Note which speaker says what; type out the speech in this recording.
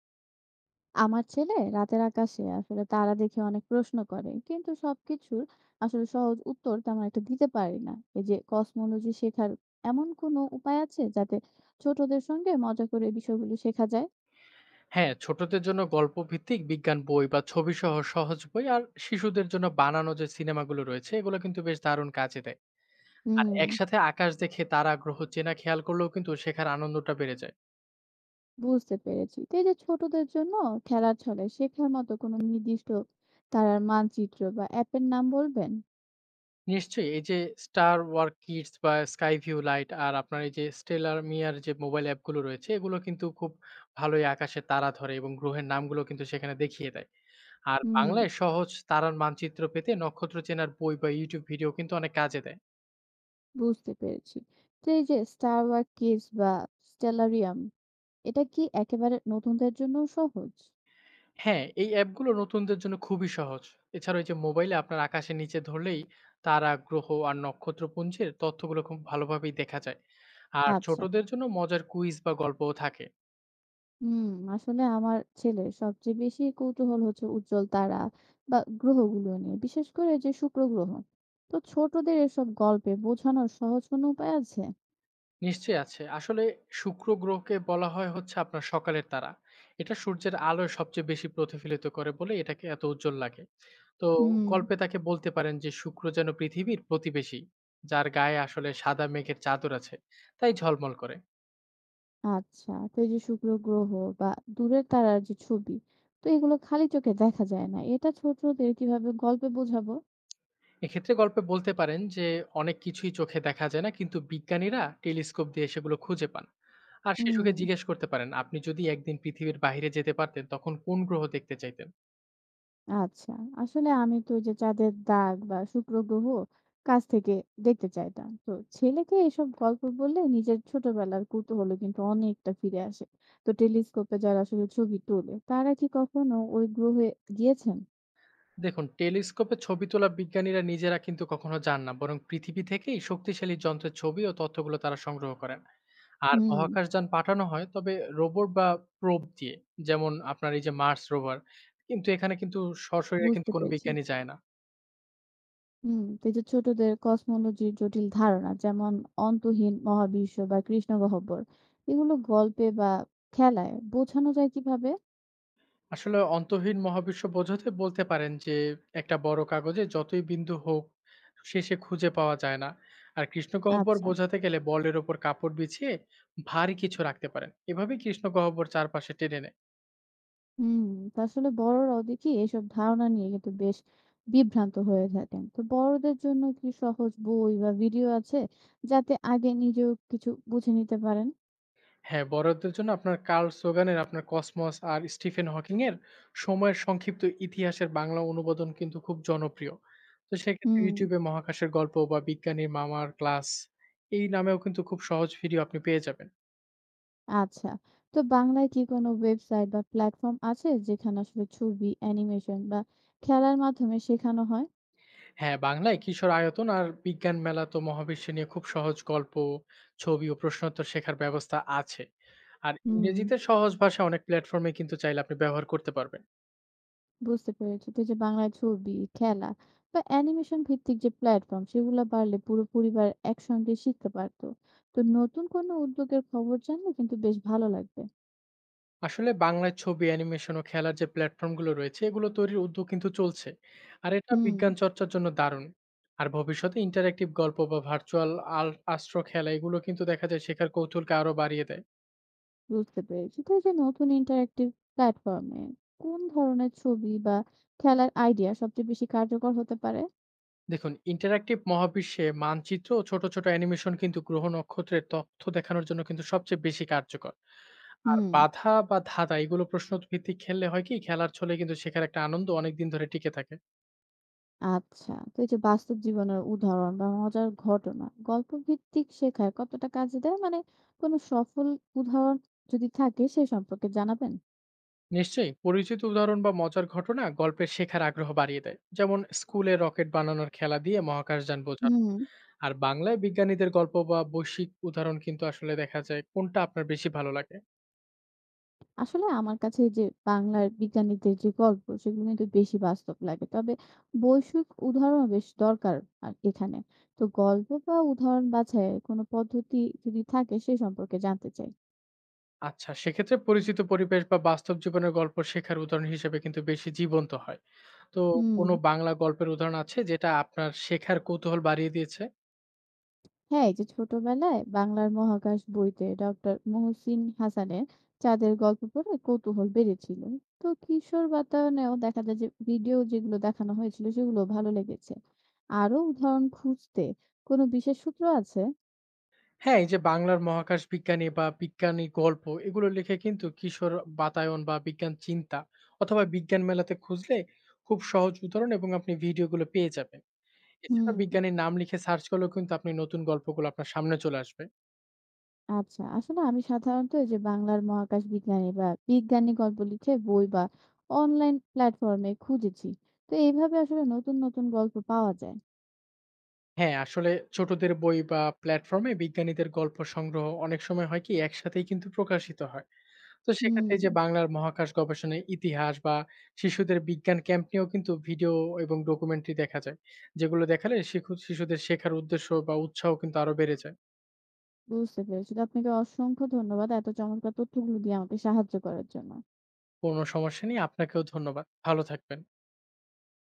Speaker 1: আমার ছেলে রাতের আকাশে আসলে তারা দেখে অনেক প্রশ্ন করে কিন্তু সবকিছুর আসলে সহজ উত্তর তেমন একটা দিতে পারি না। এই যে কসমোলজি শেখার এমন কোনো উপায় আছে যাতে ছোটদের সঙ্গে মজা করে এই বিষয়গুলো শেখা যায়?
Speaker 2: হ্যাঁ, ছোটদের জন্য গল্পভিত্তিক বিজ্ঞান বই বা ছবিসহ সহজ বই আর শিশুদের জন্য বানানো যে সিনেমাগুলো রয়েছে এগুলো কিন্তু বেশ দারুণ কাজে দেয়। আর
Speaker 1: হুম।
Speaker 2: একসাথে আকাশ দেখে তারা গ্রহ চেনা খেয়াল করলেও কিন্তু শেখার আনন্দটা বেড়ে যায়।
Speaker 1: বুঝতে পেরেছি, তো এই যে ছোটদের জন্য খেলার ছলে শেখার মতো কোনো নির্দিষ্ট তারার মানচিত্র বা অ্যাপের নাম বলবেন?
Speaker 2: নিশ্চয়ই এই যে Star War Kids বা Sky View Lite আর আপনার এই যে Stellar Meyer যে মোবাইল অ্যাপগুলো রয়েছে এগুলো কিন্তু খুব ভালোই আকাশে তারা ধরে এবং গ্রহের নামগুলো কিন্তু সেখানে দেখিয়ে দেয়। আর
Speaker 1: হুম,
Speaker 2: বাংলায় সহজ তারার মানচিত্র পেতে নক্ষত্র চেনার বই বা YouTube ভিডিও কিন্তু অনেক কাজে দেয়।
Speaker 1: বুঝতে পেরেছি। তো এই যে স্টার ওয়ার কিডস বা স্টেলারিয়াম, এটা কি একেবারে নতুনদের জন্য সহজ?
Speaker 2: হ্যাঁ, এই অ্যাপগুলো নতুনদের জন্য খুবই সহজ। এছাড়া ওই যে মোবাইলে আপনার আকাশের নিচে ধরলেই তারা, গ্রহ আর নক্ষত্রপুঞ্জের তথ্যগুলো খুব ভালোভাবেই দেখা যায়। আর
Speaker 1: আচ্ছা।
Speaker 2: ছোটদের জন্য মজার কুইজ বা গল্পও থাকে।
Speaker 1: হুম, আসলে আমার ছেলের সবচেয়ে বেশি কৌতূহল হচ্ছে উজ্জ্বল তারা বা গ্রহগুলো নিয়ে, বিশেষ করে যে শুক্র গ্রহ। তো ছোটদের এসব গল্পে বোঝানোর সহজ কোনো উপায় আছে?
Speaker 2: নিশ্চয়ই আছে। আসলে শুক্র গ্রহকে বলা হয় হচ্ছে আপনার সকালের তারা। এটা সূর্যের আলোয় সবচেয়ে বেশি প্রতিফলিত করে বলে এটাকে এত উজ্জ্বল লাগে। তো
Speaker 1: হুম।
Speaker 2: গল্পে তাকে বলতে পারেন যে শুক্র যেন পৃথিবীর প্রতিবেশী, যার গায়ে আসলে সাদা মেঘের চাদর আছে, তাই ঝলমল করে।
Speaker 1: আচ্ছা, তো এই যে শুক্র গ্রহ বা দূরের তারার যে ছবি, তো এগুলো খালি চোখে দেখা যায় না। এটা ছোটদের কিভাবে গল্পে বোঝাবো?
Speaker 2: এক্ষেত্রে গল্পে বলতে পারেন যে অনেক কিছুই চোখে দেখা যায় না কিন্তু বিজ্ঞানীরা টেলিস্কোপ দিয়ে সেগুলো খুঁজে পান। আর শিশুকে
Speaker 1: হুম।
Speaker 2: জিজ্ঞেস করতে পারেন, আপনি যদি একদিন পৃথিবীর বাইরে যেতে পারতেন তখন কোন গ্রহ দেখতে চাইতেন?
Speaker 1: আচ্ছা। আসলে আমি তো ওই যে চাঁদের দাগ বা শুক্র গ্রহ কাছ থেকে দেখতে চাইতাম। তো ছেলেকে এসব গল্প বললে নিজের ছোটবেলার কৌতূহল কিন্তু অনেকটা ফিরে আসে। তো টেলিস্কোপে যারা আসলে ছবি তোলে তারা কি কখনো ওই গ্রহে গিয়েছেন?
Speaker 2: দেখুন, টেলিস্কোপে ছবি তোলা বিজ্ঞানীরা নিজেরা কিন্তু কখনো যান না, বরং পৃথিবী থেকেই শক্তিশালী যন্ত্রের ছবি ও তথ্যগুলো তারা সংগ্রহ করেন। আর
Speaker 1: হুম,
Speaker 2: মহাকাশযান পাঠানো হয় তবে রোবট বা প্রোব দিয়ে, যেমন আপনার এই যে মার্স রোভার। কিন্তু এখানে সরাসরি কিন্তু
Speaker 1: বুঝতে
Speaker 2: কোনো
Speaker 1: পেরেছি।
Speaker 2: বিজ্ঞানী যায় না।
Speaker 1: হুম, তো এই যে ছোটদের কসমোলজির জটিল ধারণা, যেমন অন্তহীন মহাবিশ্ব বা কৃষ্ণগহ্বর, এগুলো গল্পে বা খেলায় বোঝানো যায় কিভাবে?
Speaker 2: আসলে অন্তহীন মহাবিশ্ব বোঝাতে বলতে পারেন যে একটা বড় কাগজে যতই বিন্দু হোক শেষে খুঁজে পাওয়া যায় না। আর কৃষ্ণগহ্বর
Speaker 1: আচ্ছা।
Speaker 2: বোঝাতে গেলে বলের ওপর কাপড় বিছিয়ে ভারী কিছু রাখতে পারেন, এভাবে কৃষ্ণগহ্বর চারপাশে টেনে নেয়।
Speaker 1: হুম, তো আসলে বড়রাও দেখি এসব ধারণা নিয়ে কিন্তু বেশ বিভ্রান্ত হয়ে থাকেন। তো বড়দের জন্য কি সহজ বই বা ভিডিও আছে যাতে আগে নিজেও কিছু বুঝে নিতে পারেন?
Speaker 2: হ্যাঁ, বড়দের জন্য আপনার কার্ল সোগানের আপনার কসমস আর স্টিফেন হকিং এর সময়ের সংক্ষিপ্ত ইতিহাসের বাংলা অনুবাদন কিন্তু খুব জনপ্রিয়। তো সেক্ষেত্রে
Speaker 1: হুম,
Speaker 2: ইউটিউবে মহাকাশের গল্প বা বিজ্ঞানীর মামার ক্লাস এই নামেও কিন্তু খুব সহজ ভিডিও আপনি পেয়ে যাবেন।
Speaker 1: আচ্ছা। তো বাংলায় কি কোনো ওয়েবসাইট বা প্ল্যাটফর্ম আছে যেখানে আসলে ছবি, অ্যানিমেশন বা খেলার মাধ্যমে শেখানো হয়?
Speaker 2: হ্যাঁ, বাংলায় কিশোর আয়তন আর বিজ্ঞান মেলা তো মহাবিশ্ব নিয়ে খুব সহজ গল্প, ছবি ও প্রশ্নোত্তর শেখার ব্যবস্থা আছে। আর
Speaker 1: হুম।
Speaker 2: ইংরেজিতে সহজ ভাষা অনেক প্ল্যাটফর্মে কিন্তু চাইলে আপনি ব্যবহার করতে পারবেন।
Speaker 1: বুঝতে পেরেছি। তো এই যে বাংলায় ছবি, খেলা বা অ্যানিমেশন ভিত্তিক যে প্ল্যাটফর্ম সেগুলো বাড়লে পুরো পরিবার একসঙ্গে শিখতে পারতো। তো নতুন কোনো উদ্যোগের খবর জানলে কিন্তু বেশ ভালো লাগবে।
Speaker 2: আসলে বাংলায় ছবি, অ্যানিমেশন ও খেলার যে প্ল্যাটফর্মগুলো রয়েছে, এগুলো তৈরির উদ্যোগ কিন্তু চলছে। আর এটা
Speaker 1: হুম।
Speaker 2: বিজ্ঞান চর্চার জন্য দারুণ। আর ভবিষ্যতে ইন্টারেক্টিভ গল্প বা ভার্চুয়াল আল অ্যাস্ট্রো খেলা এগুলো কিন্তু দেখা যায় শেখার কৌতুহলকে আরো বাড়িয়ে দেয়।
Speaker 1: বুঝতে পেরেছি। তো এই যে নতুন ইন্টারেক্টিভ প্ল্যাটফর্মে কোন ধরনের ছবি বা খেলার আইডিয়া সবচেয়ে বেশি কার্যকর হতে পারে?
Speaker 2: দেখুন, ইন্টারঅ্যাক্টিভ মহাবিশ্বে মানচিত্র ও ছোট ছোট অ্যানিমেশন কিন্তু গ্রহ নক্ষত্রের তথ্য দেখানোর জন্য কিন্তু সবচেয়ে বেশি কার্যকর। আর
Speaker 1: হুম।
Speaker 2: বাধা বা ধাঁধা এগুলো প্রশ্ন ভিত্তিক খেললে হয় কি, খেলার ছলে কিন্তু শেখার একটা আনন্দ অনেক দিন ধরে টিকে থাকে।
Speaker 1: আচ্ছা, তো এই যে বাস্তব জীবনের উদাহরণ বা মজার ঘটনা, গল্প ভিত্তিক শেখায় কতটা কাজে দেয়? মানে কোনো সফল উদাহরণ যদি থাকে সে সম্পর্কে জানাবেন?
Speaker 2: নিশ্চয়ই, পরিচিত উদাহরণ বা মজার ঘটনা গল্পের শেখার আগ্রহ বাড়িয়ে দেয়, যেমন স্কুলে রকেট বানানোর খেলা দিয়ে মহাকাশযান বোঝানো।
Speaker 1: হুম।
Speaker 2: আর বাংলায় বিজ্ঞানীদের গল্প বা বৈশ্বিক উদাহরণ কিন্তু আসলে দেখা যায় কোনটা আপনার বেশি ভালো লাগে।
Speaker 1: আসলে আমার কাছে এই যে বাংলার বিজ্ঞানীদের যে গল্প সেগুলো কিন্তু বেশি বাস্তব লাগে। তবে বৈশ্বিক উদাহরণ বেশ দরকার আর এখানে। তো গল্প বা উদাহরণ বাছাইয়ের কোনো পদ্ধতি যদি থাকে সে সম্পর্কে জানতে চাই।
Speaker 2: আচ্ছা, সেক্ষেত্রে পরিচিত পরিবেশ বা বাস্তব জীবনের গল্প শেখার উদাহরণ হিসেবে কিন্তু বেশি জীবন্ত হয়। তো
Speaker 1: হুম।
Speaker 2: কোনো বাংলা গল্পের উদাহরণ আছে যেটা আপনার শেখার কৌতূহল বাড়িয়ে দিয়েছে?
Speaker 1: হ্যাঁ, এই যে ছোটবেলায় বাংলার মহাকাশ বইতে ডক্টর মুহসিন হাসানের চাঁদের গল্প পড়ে কৌতূহল বেড়েছিল। তো কিশোর বাতায়নেও দেখা যায় যে ভিডিও যেগুলো দেখানো হয়েছিল সেগুলো ভালো লেগেছে। আরো উদাহরণ খুঁজতে কোনো বিশেষ সূত্র আছে?
Speaker 2: হ্যাঁ, এই যে বাংলার মহাকাশ বিজ্ঞানী বা বিজ্ঞানী গল্প এগুলো লিখে কিন্তু কিশোর বাতায়ন বা বিজ্ঞান চিন্তা অথবা বিজ্ঞান মেলাতে খুঁজলে খুব সহজ উদাহরণ এবং আপনি ভিডিওগুলো পেয়ে যাবেন। এছাড়া
Speaker 1: হুম।
Speaker 2: বিজ্ঞানীর নাম লিখে সার্চ করলেও কিন্তু আপনি নতুন গল্পগুলো আপনার সামনে চলে আসবে।
Speaker 1: আচ্ছা, আসলে আমি সাধারণত এই যে বাংলার মহাকাশ বিজ্ঞানী বা বিজ্ঞানী গল্প লিখে বই বা অনলাইন প্ল্যাটফর্মে খুঁজেছি। তো এইভাবে আসলে নতুন নতুন গল্প পাওয়া যায়।
Speaker 2: হ্যাঁ, আসলে ছোটদের বই বা প্ল্যাটফর্মে বিজ্ঞানীদের গল্প সংগ্রহ অনেক সময় হয় কি একসাথেই কিন্তু প্রকাশিত হয়। তো সেক্ষেত্রে এই
Speaker 1: হুম,
Speaker 2: যে বাংলার মহাকাশ গবেষণায় ইতিহাস বা শিশুদের বিজ্ঞান ক্যাম্প নিয়েও কিন্তু ভিডিও এবং ডকুমেন্টারি দেখা যায়। যেগুলো দেখালে শিশুদের শেখার উদ্দেশ্য বা উৎসাহ কিন্তু আরো বেড়ে যায়।
Speaker 1: বুঝতে পেরেছি। তো আপনাকে অসংখ্য ধন্যবাদ। এত চমৎকার তথ্যগুলো দিয়ে আমাকে সাহায্য করার জন্য।
Speaker 2: কোনো সমস্যা নেই। আপনাকেও ধন্যবাদ। ভালো থাকবেন।